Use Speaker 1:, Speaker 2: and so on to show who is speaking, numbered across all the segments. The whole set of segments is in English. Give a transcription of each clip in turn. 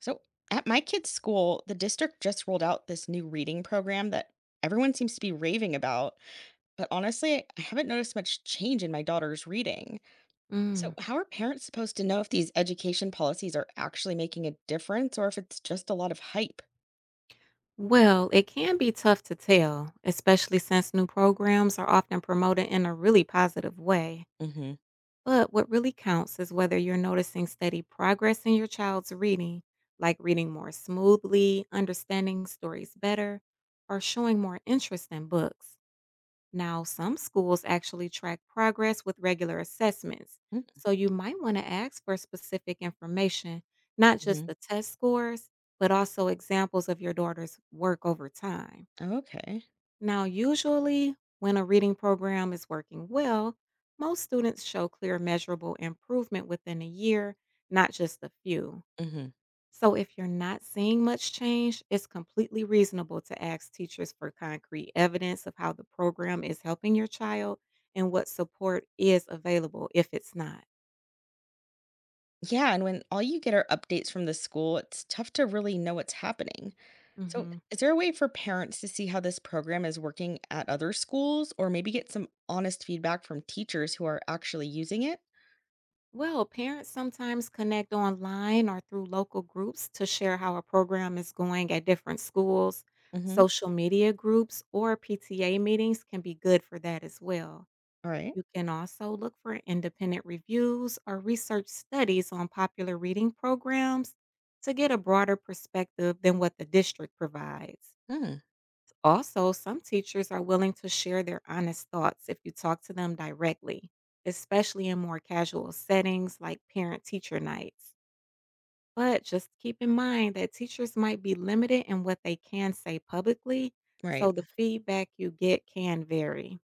Speaker 1: So, at my kids' school, the district just rolled out this new reading program that everyone seems to be raving about. But honestly, I haven't noticed much change in my daughter's reading. So,
Speaker 2: Mm.
Speaker 1: how are parents supposed to know if these education policies are actually making a difference or if it's just a lot of hype?
Speaker 2: Well, it can be tough to tell, especially since new programs are often promoted in a really positive way.
Speaker 1: Hmm.
Speaker 2: But what really counts is whether you're noticing steady progress in your child's reading, like reading more smoothly, understanding stories better, or showing more interest in books. Now, some schools actually track progress with regular assessments, so you might want to ask for specific information, not just
Speaker 1: Hmm.
Speaker 2: the test scores, but also examples of your daughter's work over time.
Speaker 1: Okay.
Speaker 2: Now, usually, when a reading program is working well, most students show clear, measurable improvement within a year, not just a few.
Speaker 1: Hmm.
Speaker 2: So, if you're not seeing much change, it's completely reasonable to ask teachers for concrete evidence of how the program is helping your child and what support is available if it's not.
Speaker 1: Yeah. And when all you get are updates from the school, it's tough to really know what's happening. So,
Speaker 2: Hmm.
Speaker 1: is there a way for parents to see how this program is working at other schools or maybe get some honest feedback from teachers who are actually using it?
Speaker 2: Well, parents sometimes connect online or through local groups to share how a program is going at different schools.
Speaker 1: Hmm.
Speaker 2: Social media groups or PTA meetings can be good for that as well.
Speaker 1: All right.
Speaker 2: You can also look for independent reviews or research studies on popular reading programs to get a broader perspective than what the district provides.
Speaker 1: Hmm.
Speaker 2: Also, some teachers are willing to share their honest thoughts if you talk to them directly, especially in more casual settings like parent teacher nights. But just keep in mind that teachers might be limited in what they can say publicly,
Speaker 1: Right.
Speaker 2: so the feedback you get can vary.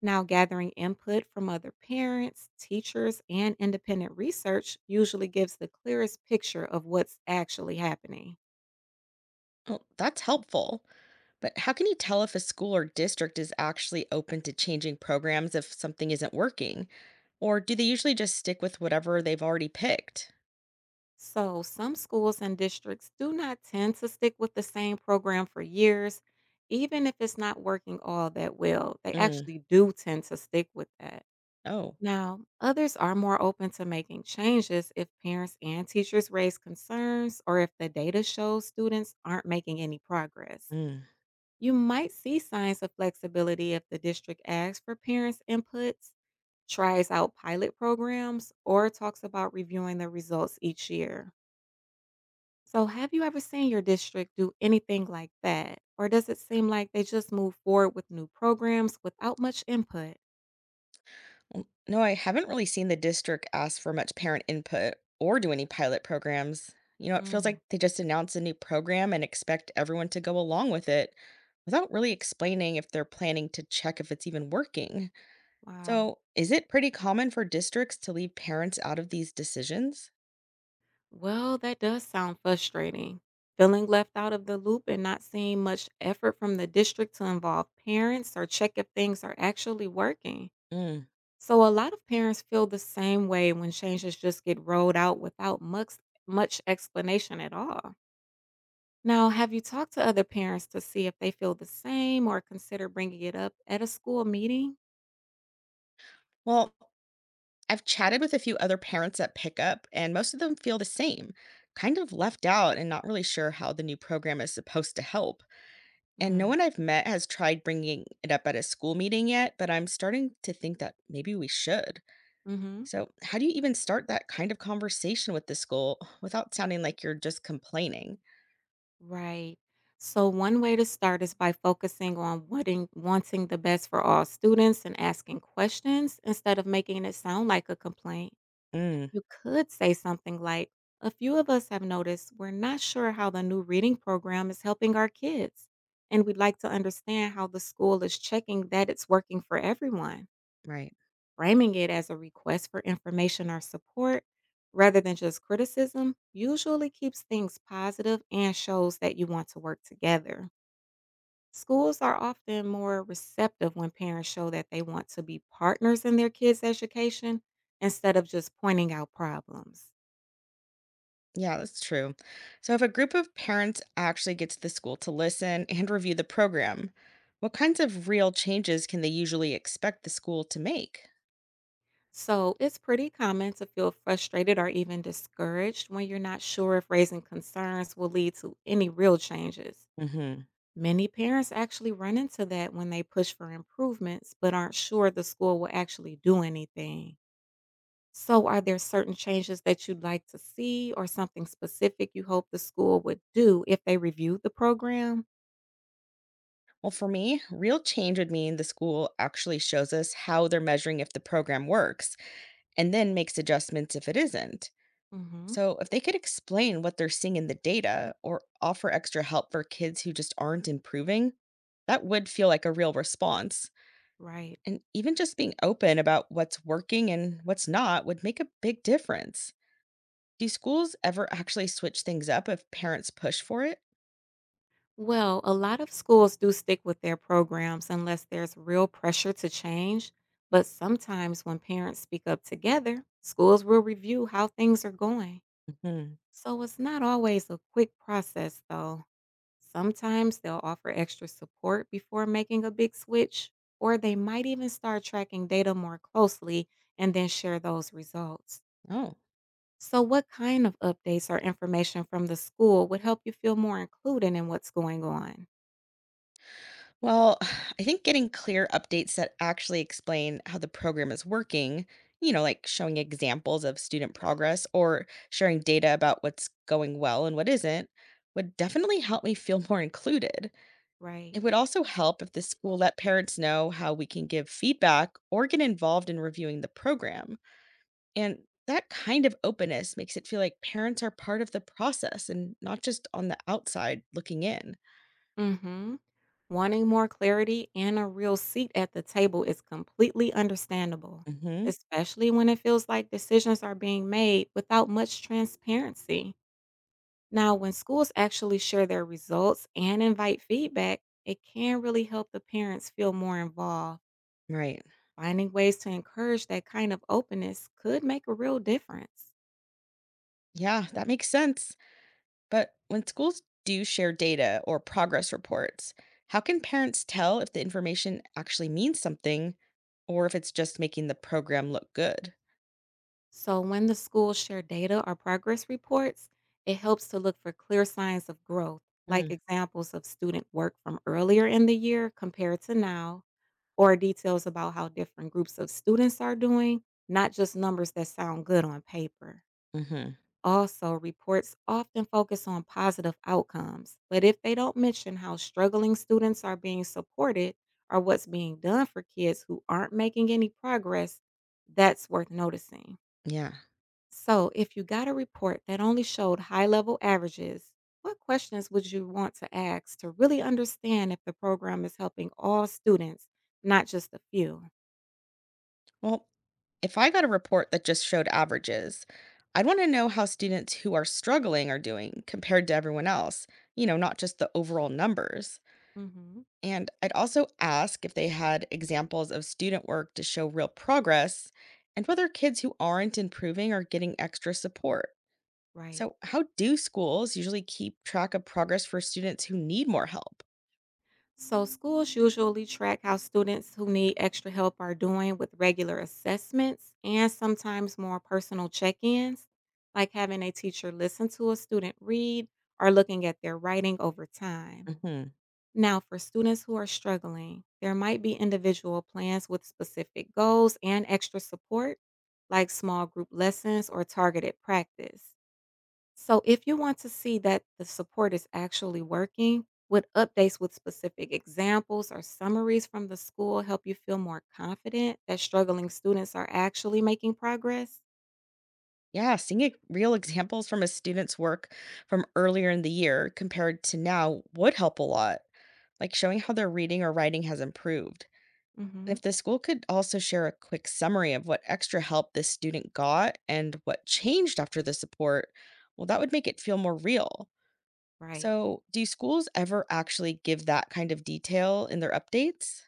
Speaker 2: Now, gathering input from other parents, teachers, and independent research usually gives the clearest picture of what's actually happening.
Speaker 1: Well, that's helpful. But how can you tell if a school or district is actually open to changing programs if something isn't working? Or do they usually just stick with whatever they've already picked?
Speaker 2: So, some schools and districts do not tend to stick with the same program for years, even if it's not working all that well. They
Speaker 1: Mm.
Speaker 2: actually do tend to stick with that.
Speaker 1: Oh.
Speaker 2: Now, others are more open to making changes if parents and teachers raise concerns or if the data shows students aren't making any progress.
Speaker 1: Mm.
Speaker 2: You might see signs of flexibility if the district asks for parents' inputs, tries out pilot programs, or talks about reviewing the results each year. So, have you ever seen your district do anything like that? Or does it seem like they just move forward with new programs without much input?
Speaker 1: N no, I haven't really seen the district ask for much parent input or do any pilot programs. You know, it feels
Speaker 2: Mm,
Speaker 1: like they just announce a new program and expect everyone to go along with it without really explaining if they're planning to check if it's even working.
Speaker 2: wow.
Speaker 1: So, is it pretty common for districts to leave parents out of these decisions?
Speaker 2: Well, that does sound frustrating. Feeling left out of the loop and not seeing much effort from the district to involve parents or check if things are actually working.
Speaker 1: Mm.
Speaker 2: So a lot of parents feel the same way when changes just get rolled out without much explanation at all. Now, have you talked to other parents to see if they feel the same or consider bringing it up at a school meeting?
Speaker 1: Well, I've chatted with a few other parents at pickup, and most of them feel the same, kind of left out and not really sure how the new program is supposed to help. And no
Speaker 2: Mm,
Speaker 1: one I've met has tried bringing it up at a school meeting yet, but I'm starting to think that maybe we should.
Speaker 2: mhm.
Speaker 1: So, how do you even start that kind of conversation with the school without sounding like you're just complaining?
Speaker 2: Right. So one way to start is by focusing on wanting the best for all students and asking questions instead of making it sound like a complaint.
Speaker 1: Mm.
Speaker 2: You could say something like, a few of us have noticed we're not sure how the new reading program is helping our kids, and we'd like to understand how the school is checking that it's working for everyone.
Speaker 1: Right.
Speaker 2: Framing it as a request for information or support rather than just criticism usually keeps things positive and shows that you want to work together. Schools are often more receptive when parents show that they want to be partners in their kids' education instead of just pointing out problems.
Speaker 1: Yeah, that's true. So, if a group of parents actually gets the school to listen and review the program, what kinds of real changes can they usually expect the school to make?
Speaker 2: So, it's pretty common to feel frustrated or even discouraged when you're not sure if raising concerns will lead to any real changes.
Speaker 1: Hmm.
Speaker 2: Many parents actually run into that when they push for improvements but aren't sure the school will actually do anything. So, are there certain changes that you'd like to see or something specific you hope the school would do if they review the program?
Speaker 1: Well, for me, real change would mean the school actually shows us how they're measuring if the program works and then makes adjustments if it isn't.
Speaker 2: Mhm.
Speaker 1: So, if they could explain what they're seeing in the data or offer extra help for kids who just aren't improving, that would feel like a real response.
Speaker 2: Right.
Speaker 1: And even just being open about what's working and what's not would make a big difference. Do schools ever actually switch things up if parents push for it?
Speaker 2: Well, a lot of schools do stick with their programs unless there's real pressure to change. But sometimes when parents speak up together, schools will review how things are going.
Speaker 1: Mhm.
Speaker 2: So it's not always a quick process, though. Sometimes they'll offer extra support before making a big switch, or they might even start tracking data more closely and then share those results.
Speaker 1: Oh.
Speaker 2: So, what kind of updates or information from the school would help you feel more included in what's going on?
Speaker 1: Well, I think getting clear updates that actually explain how the program is working, like showing examples of student progress or sharing data about what's going well and what isn't, would definitely help me feel more included.
Speaker 2: Right.
Speaker 1: It would also help if the school let parents know how we can give feedback or get involved in reviewing the program. And that kind of openness makes it feel like parents are part of the process and not just on the outside looking in.
Speaker 2: Mhm. Wanting more clarity and a real seat at the table is completely understandable,
Speaker 1: Hmm.
Speaker 2: especially when it feels like decisions are being made without much transparency. Now, when schools actually share their results and invite feedback, it can really help the parents feel more involved.
Speaker 1: Right.
Speaker 2: Finding ways to encourage that kind of openness could make a real difference.
Speaker 1: Yeah, that makes sense. But when schools do share data or progress reports, how can parents tell if the information actually means something or if it's just making the program look good?
Speaker 2: So, when the schools share data or progress reports, it helps to look for clear signs of growth, like
Speaker 1: Mm-hmm.
Speaker 2: examples of student work from earlier in the year compared to now, or details about how different groups of students are doing, not just numbers that sound good on paper. Also, reports often focus on positive outcomes, but if they don't mention how struggling students are being supported or what's being done for kids who aren't making any progress, that's worth noticing.
Speaker 1: Yeah.
Speaker 2: So, if you got a report that only showed high level averages, what questions would you want to ask to really understand if the program is helping all students, not just a few?
Speaker 1: Well, if I got a report that just showed averages, I'd want to know how students who are struggling are doing compared to everyone else, not just the overall numbers.
Speaker 2: Hmm.
Speaker 1: And I'd also ask if they had examples of student work to show real progress and whether kids who aren't improving are getting extra support.
Speaker 2: Right.
Speaker 1: So, how do schools usually keep track of progress for students who need more help?
Speaker 2: So, schools usually track how students who need extra help are doing with regular assessments and sometimes more personal check ins, like having a teacher listen to a student read or looking at their writing over time.
Speaker 1: Hmm.
Speaker 2: Now, for students who are struggling, there might be individual plans with specific goals and extra support, like small group lessons or targeted practice. So, if you want to see that the support is actually working, would updates with specific examples or summaries from the school help you feel more confident that struggling students are actually making progress?
Speaker 1: Yeah, seeing real examples from a student's work from earlier in the year compared to now would help a lot, like showing how their reading or writing has improved.
Speaker 2: Hmm.
Speaker 1: If the school could also share a quick summary of what extra help this student got and what changed after the support, well, that would make it feel more real.
Speaker 2: Right.
Speaker 1: So, do schools ever actually give that kind of detail in their updates?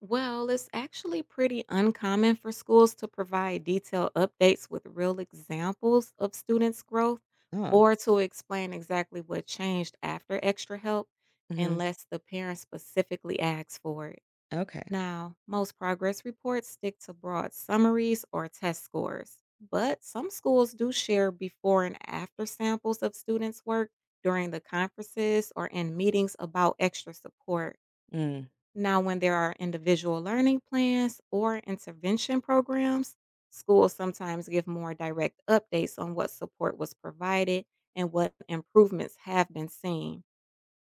Speaker 2: Well, it's actually pretty uncommon for schools to provide detailed updates with real examples of students' growth
Speaker 1: Oh.
Speaker 2: or to explain exactly what changed after extra help,
Speaker 1: Hmm.
Speaker 2: unless the parent specifically asks for it.
Speaker 1: Okay.
Speaker 2: Now, most progress reports stick to broad summaries or test scores, but some schools do share before and after samples of students' work during the conferences or in meetings about extra support.
Speaker 1: Mm.
Speaker 2: Now, when there are individual learning plans or intervention programs, schools sometimes give more direct updates on what support was provided and what improvements have been seen.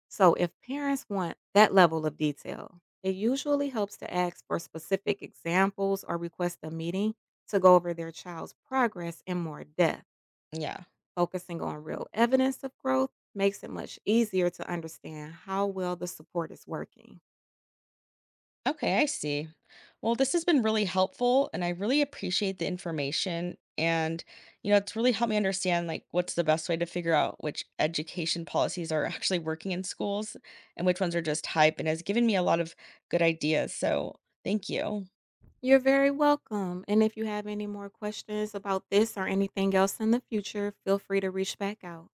Speaker 2: So, if parents want that level of detail, it usually helps to ask for specific examples or request a meeting to go over their child's progress in more depth.
Speaker 1: Yeah.
Speaker 2: Focusing on real evidence of growth makes it much easier to understand how well the support is working.
Speaker 1: Okay, I see. Well, this has been really helpful and I really appreciate the information, and it's really helped me understand, like, what's the best way to figure out which education policies are actually working in schools and which ones are just hype, and has given me a lot of good ideas. So, thank you.
Speaker 2: You're very welcome. And if you have any more questions about this or anything else in the future, feel free to reach back out.